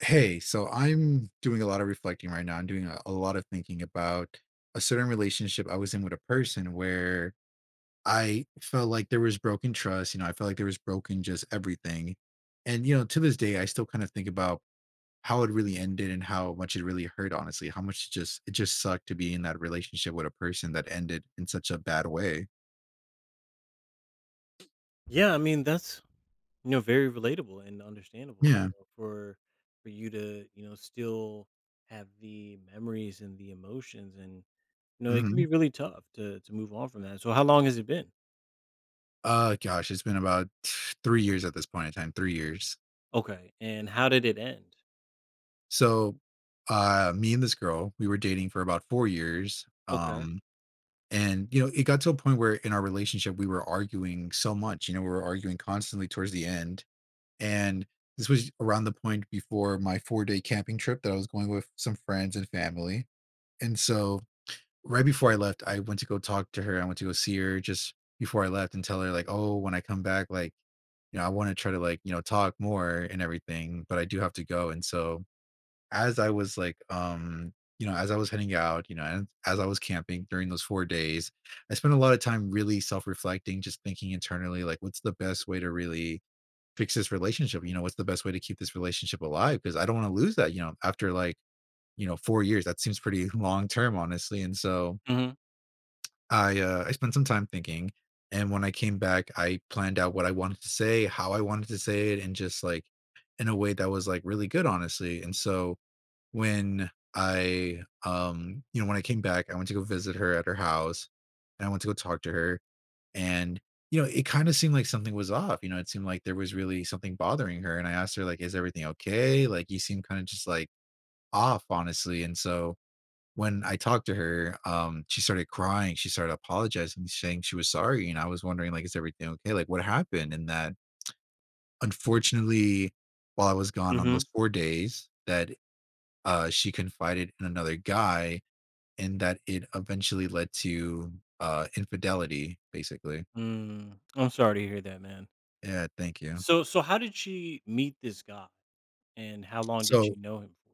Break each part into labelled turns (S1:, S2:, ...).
S1: Hey, so I'm doing a lot of reflecting right now. I'm doing a lot of thinking about a certain relationship I was in with a person where I felt like there was broken trust. You know, I felt like there was broken just everything. And, you know, to this day, I still kind of think about how it really ended and how much it really hurt, honestly, how much it just sucked to be in that relationship with a person that ended in such a bad way.
S2: Yeah, I mean that's very relatable and understandable,
S1: Yeah.
S2: for for you to still have the memories and the emotions. And you know, it can
S1: hmm
S2: be really tough to move on from that. So how long has it been?
S1: Gosh, it's been about 3 years at this point in time, 3 years.
S2: Okay, and how did it end?
S1: So, me and this girl, we were dating for about 4 years.
S2: Okay.
S1: And you know, it got to a point where in our relationship we were arguing so much. You know, we were arguing constantly towards the end. And this was around the point before my four-day camping trip that I was going with some friends and family. And so, right before I left, I went to go talk to her. I went to go see her just before I left and tell her like, "Oh, when I come back, like, you know, I want to try to like, you know, talk more and everything, but I do have to go." And so as I was like, as I was heading out, and as I was camping during those 4 days, I spent a lot of time really self-reflecting, just thinking internally, like, what's the best way to really fix this relationship? You know, what's the best way to keep this relationship alive? Because I don't want to lose that, you know, after like, you know, 4 years. That seems pretty long term, honestly. And so
S2: Mm-hmm.
S1: I spent some time thinking. And when I came back, I planned out what I wanted to say, how I wanted to say it, and just like in a way that was like really good, honestly. And so when I came back, I went to go visit her at her house and I went to go talk to her. And, you know, it kind of seemed like something was off. You know, it seemed like there was really something bothering her. And I asked her, like, is everything okay? Like, you seem kind of just like off, honestly. And so when I talked to her, she started crying. She started apologizing, saying she was sorry. And I was wondering, like, is everything okay? Like, what happened? And that unfortunately, while I was gone on
S2: Mm-hmm.
S1: those 4 days, that she confided in another guy, and that it eventually led to, infidelity, basically.
S2: Mm, I'm sorry to hear that, man.
S1: Yeah, thank you.
S2: So how did she meet this guy, and how long did
S1: So
S2: she know him for?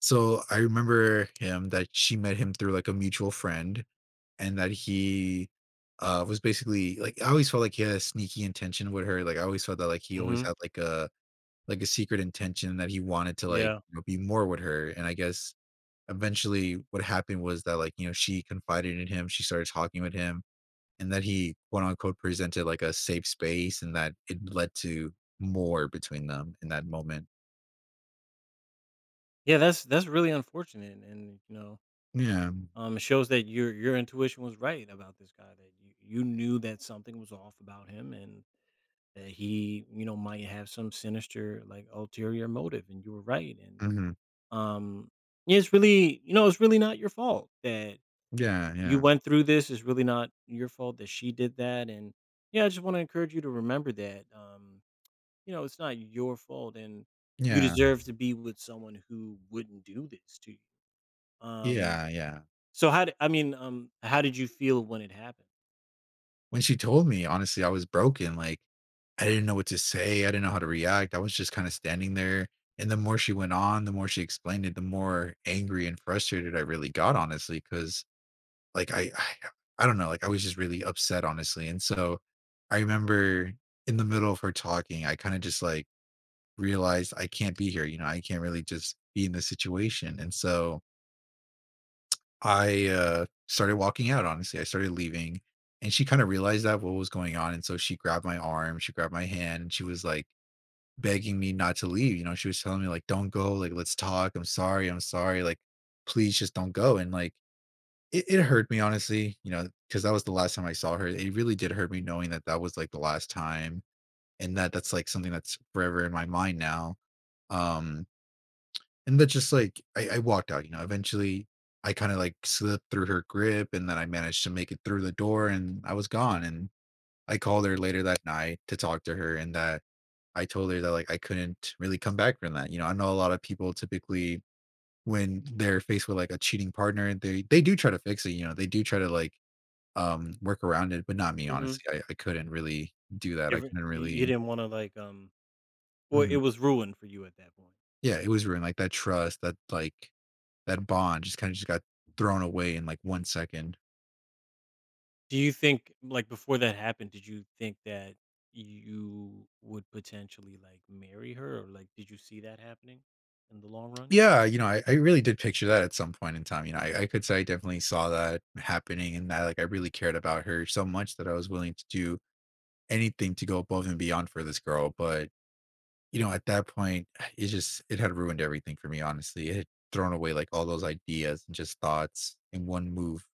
S1: so I remember him that she met him through, like, a mutual friend, and that he, was basically like, I always felt like he had a sneaky intention with her, like, I always felt that, like, he
S2: Mm-hmm.
S1: always had, like, a secret intention that he wanted to, like,
S2: Yeah.
S1: you know, be more with her, and I guess eventually what happened was that, like, you know, she confided in him, she started talking with him, and that he quote unquote presented like a safe space and that it led to more between them in that moment.
S2: Yeah, that's really unfortunate, and
S1: Yeah.
S2: It shows that your intuition was right about this guy. That You knew that something was off about him, and that he, you know, might have some sinister, like, ulterior motive. And you were right. And
S1: hmm
S2: um, yeah, it's really, you know, it's really not your fault that
S1: Yeah.
S2: you
S1: Yeah.
S2: went through this. It's really not your fault that she did that. And yeah, I just want to encourage you to remember that. You know, it's not your fault, and you
S1: Yeah.
S2: deserve to be with someone who wouldn't do this to you. Um,
S1: Yeah. Yeah.
S2: so how d I mean, how did you feel when it happened?
S1: When she told me, honestly, I was broken. Like, I didn't know what to say. I didn't know how to react. I was just kind of standing there. And the more she went on, the more she explained it, the more angry and frustrated I really got, honestly, because like I don't know, like I was just really upset, honestly. And so I remember in the middle of her talking, I kind of just like realized I can't be here. You know, I can't really just be in this situation. And so I started walking out, honestly. I started leaving. And she kind of realized that what was going on. And so she grabbed my arm, she grabbed my hand, and she was like begging me not to leave. You know, she was telling me, like, don't go, like, let's talk. I'm sorry. I'm sorry. Like, please just don't go. And like, it hurt me, honestly, you know, because that was the last time I saw her. It really did hurt me knowing that that was like the last time and that that's like something that's forever in my mind now. Um, And that's just like I walked out, you know. Eventually I kind of like slipped through her grip and then I managed to make it through the door and I was gone. And I called her later that night to talk to her and that I told her that like I couldn't really come back from that. You know, I know a lot of people typically when they're faced with like a cheating partner, they do try to fix it, you know, they do try to like work around it, but not me,
S2: Mhm.
S1: honestly. I couldn't really do that. I
S2: Different,
S1: couldn't
S2: you
S1: really
S2: didn't wanna, or
S1: Mhm.
S2: it was ruined for you at that point.
S1: Yeah, it was ruined. Like that trust, that like that bond just kind of just got thrown away in like 1 second.
S2: Do you think, like, before that happened, did you think that you would potentially, like, marry her? Or, like, did you see that happening in the long run?
S1: Yeah, you know, I really did picture that at some point in time. You know, I could say I definitely saw that happening and that like I really cared about her so much that I was willing to do anything to go above and beyond for this girl. But, you know, at that point, it had ruined everything for me, honestly. It had thrown away like all those ideas and just thoughts in one move.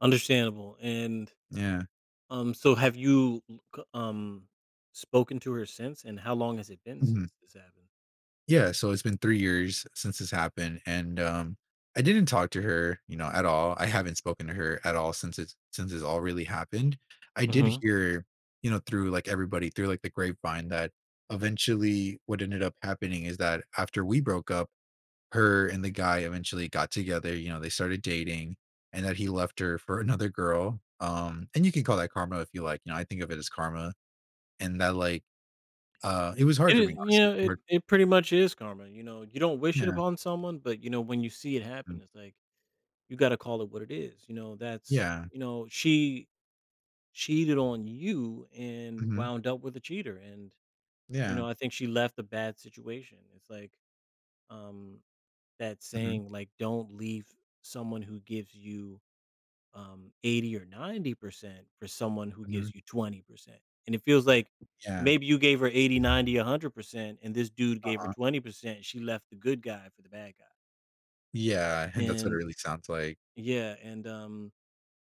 S2: Understandable. And,
S1: Yeah.
S2: so have you l c spoken to her since, and how long has it been
S1: Mm-hmm.
S2: since this happened?
S1: Yeah, so it's been 3 years since this happened, and, I didn't talk to her, you know, at all. I haven't spoken to her at all since it's all really happened. I did
S2: Mhm.
S1: hear, you know, through, like, everybody, through, like, the grapevine that eventually what ended up happening is that after we broke up, her and the guy eventually got together, you know, they started dating, and that he left her for another girl, and you can call that karma if you like, you know, I think of it as karma, and that, like, it was hard
S2: It
S1: for
S2: is.
S1: me,
S2: You
S1: honestly. It
S2: know,
S1: was
S2: it
S1: hard.
S2: it pretty much is karma. You know, you don't wish it
S1: Yeah,
S2: upon someone, but, you know, when you see it
S1: mm,
S2: happen, it's like, you gotta call it what it is. You know, that's,
S1: yeah,
S2: you know, she cheated on you and
S1: mhm.
S2: wound up with a cheater. And, you
S1: Yeah.
S2: know, I think she left a bad situation. It's like, um, that
S1: Mhm,
S2: saying, like, "Don't leave someone who gives you" 80 or 90% for someone who
S1: mhm.
S2: gives you 20%. And it feels like
S1: Yeah.
S2: maybe you gave her 80, 90, 100%, and this dude gave her
S1: Uh-huh.
S2: 20%. She left the good guy for the bad guy.
S1: Yeah, and that's what it
S2: And
S1: really sounds like.
S2: yeah. And,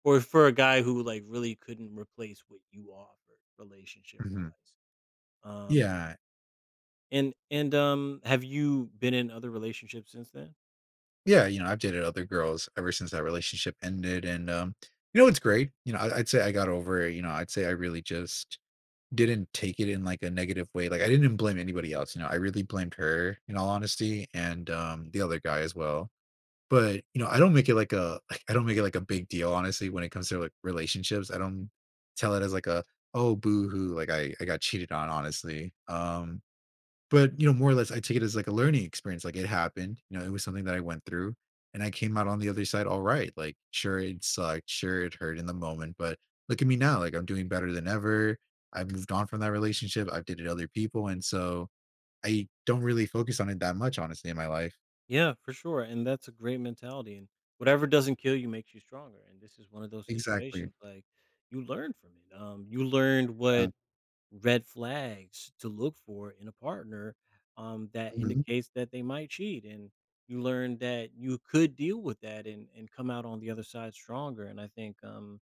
S2: or for a guy who, like, really couldn't replace what you offered relationship
S1: Mhm.
S2: wise. Um,
S1: Yeah.
S2: and, have you been in other relationships since then?
S1: Yeah, you know, I've dated other girls ever since that relationship ended, and, you know, it's great. You know, I'd say I got over it, you know, I'd say I really just didn't take it in, like, a negative way, like, I didn't blame anybody else, you know, I really blamed her, in all honesty, and, the other guy as well. But, you know, I don't make it like a like, I don't make it like a big deal, honestly, when it comes to, like, relationships. I don't tell it as like a, "Oh, boo-hoo," like, I got cheated on, honestly. But, you know, more or less, I take it as like a learning experience, like, it happened, you know, it was something that I went through, and I came out on the other side all right. Like, sure, it sucked, sure, it hurt in the moment, but look at me now, like, I'm doing better than ever. I've moved on from that relationship, I've dated other people, and so I don't really focus on it that much, honestly, in my life.
S2: Yeah, for sure, and that's a great mentality. And whatever doesn't kill you makes you stronger, and this is one of those
S1: Exactly.
S2: situations, like, you learn from it. You learned
S1: Yeah.
S2: what red flags to look for in a partner, that
S1: Mhm.
S2: indicates that they might cheat. And you learned that you could deal with that and come out on the other side stronger. And I think,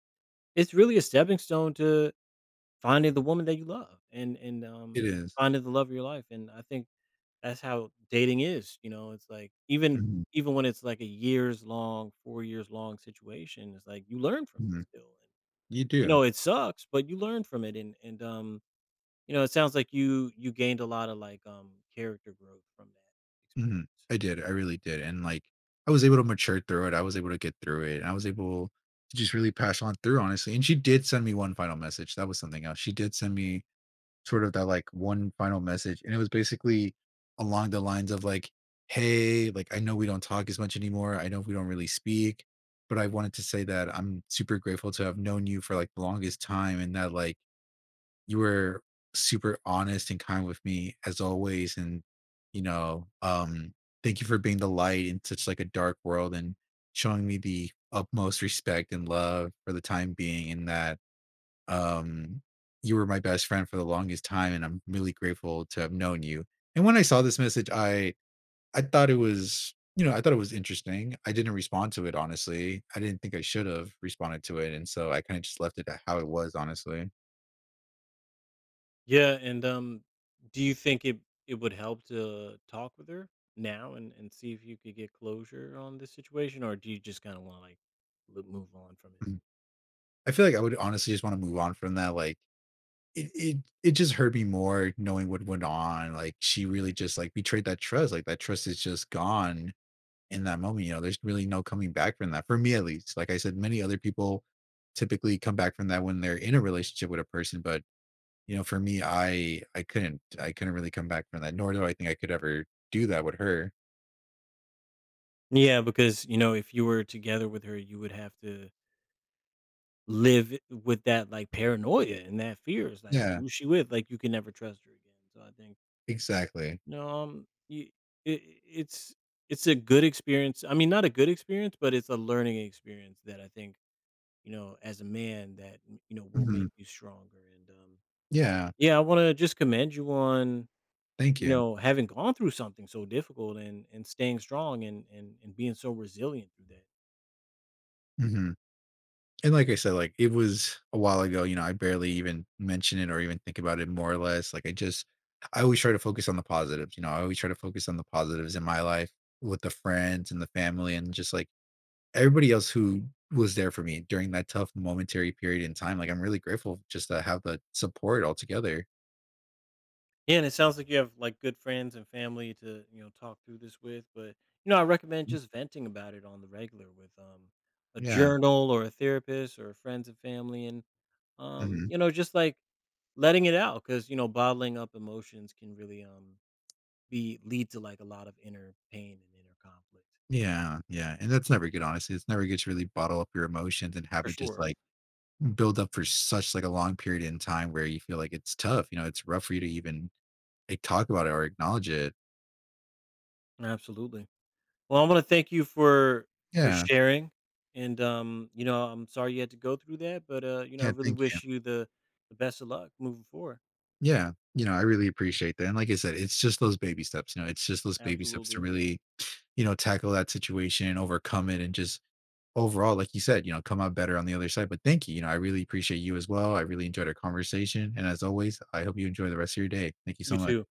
S2: it's really a stepping stone to finding the woman that you love. And,
S1: It is.
S2: finding the love of your life. And I think that's how dating is. You know, it's like,
S1: Mhm,
S2: even when it's like a years long, 4 years long situation, it's like you learn from it
S1: mhm.
S2: still. And,
S1: You
S2: you
S1: do.
S2: know, it sucks, but you learn from it. You know, it sounds like you gained a lot of, like, character growth from that
S1: Mhm.
S2: experience.
S1: I did, I really did, and, like, I was able to mature through it, I was able to get through it, I was able to just really pass on through, honestly, and she did send me one final message, that was something else. She did send me sort of that, like, one final message, and it was basically along the lines of, like, "Hey, like, I know we don't talk as much anymore, I know we don't really speak, but I wanted to say that I'm super grateful to have known you for, like, the longest time and that, like, you were super honest and kind with me as always and you know um thank you for being the light in such like a dark world and showing me the utmost respect and love for the time being and that um you were my best friend for the longest time and I'm really grateful to have known you." And when I saw this message, I thought it was interesting. I didn't respond to it, honestly. I didn't think I should have responded to it, and so I kind of just left it at how it was, honestly.
S2: Yeah. And, do you think it would help to talk with her now and see if you could get closure on this situation? Or do you just kinda wanna, like, l move on from it?
S1: I feel like I would honestly just wanna move on from that, like, it it it just hurt me more knowing what went on, like, she really just, like, betrayed that trust, like, that trust is just gone in that moment, you know, there's really no coming back from that, for me at least, like I said, many other people typically come back from that when they're in a relationship with a person, but, you know, for me, I couldn't really come back from that, nor do I think I could ever do that with her.
S2: Yeah, because, you know, if you were together with her, you would have to live with that, like, paranoia and that fear. It's like,
S1: Yeah,
S2: "Who's she with?" Like, you can never trust her again. So I think,
S1: exactly.
S2: no, you I it's it's a good experience. I mean, not a good experience, but it's a learning experience that I think, you know, as a man, you know, will
S1: Mhm.
S2: make you stronger. And,
S1: Yeah,
S2: yeah, I wanna just commend you on,
S1: thank
S2: you
S1: you.
S2: know, having gone through something so difficult and staying strong and being so resilient through that.
S1: Mhm. And like I said, like it was a while ago, you know, I barely even mention it or even think about it more or less. Like I just, I always try to focus on the positives, you know, I always try to focus on the positives in my life with the friends and the family and just like everybody else who was there for me during that tough momentary period in time. Like I'm really grateful just to have the support altogether.
S2: Yeah, and it sounds like you have, like, good friends and family to, you know, talk through this with. But you know, I recommend
S1: Mm,
S2: just venting about it on the regular with, um, a
S1: yeah.
S2: journal or a therapist or friends and family. And um,
S1: Mhm.
S2: you know, just, like, letting it out, because you know bottling up emotions can really, be lead to, like, a lot of inner pain and inner conflict,
S1: Yeah. Yeah. And that's never good, honestly. It's never good to really bottle up your emotions and have
S2: for
S1: it just
S2: sure.
S1: like, build up for such like a long period in time where you feel like it's tough. You know, it's rough for you to even like talk about it or acknowledge it.
S2: Absolutely. Well, I want to thank you for
S1: Yeah.
S2: sharing. And um, you know, I'm sorry you had to go through that, but uh, you know, I
S1: Yeah.
S2: really
S1: Thank you.
S2: wish you the best of luck moving forward.
S1: Yeah. You know, I really appreciate that. And like I said, it's just those baby steps. You know, it's just those baby steps to
S2: Absolutely.
S1: really, you know, tackle that situation and overcome it and just overall, like you said, you know, come out better on the other side. But thank you. You know, I really appreciate you as well. I really enjoyed our conversation. And as always, I hope you enjoy the rest of your day. Thank you
S2: You
S1: so much.
S2: too.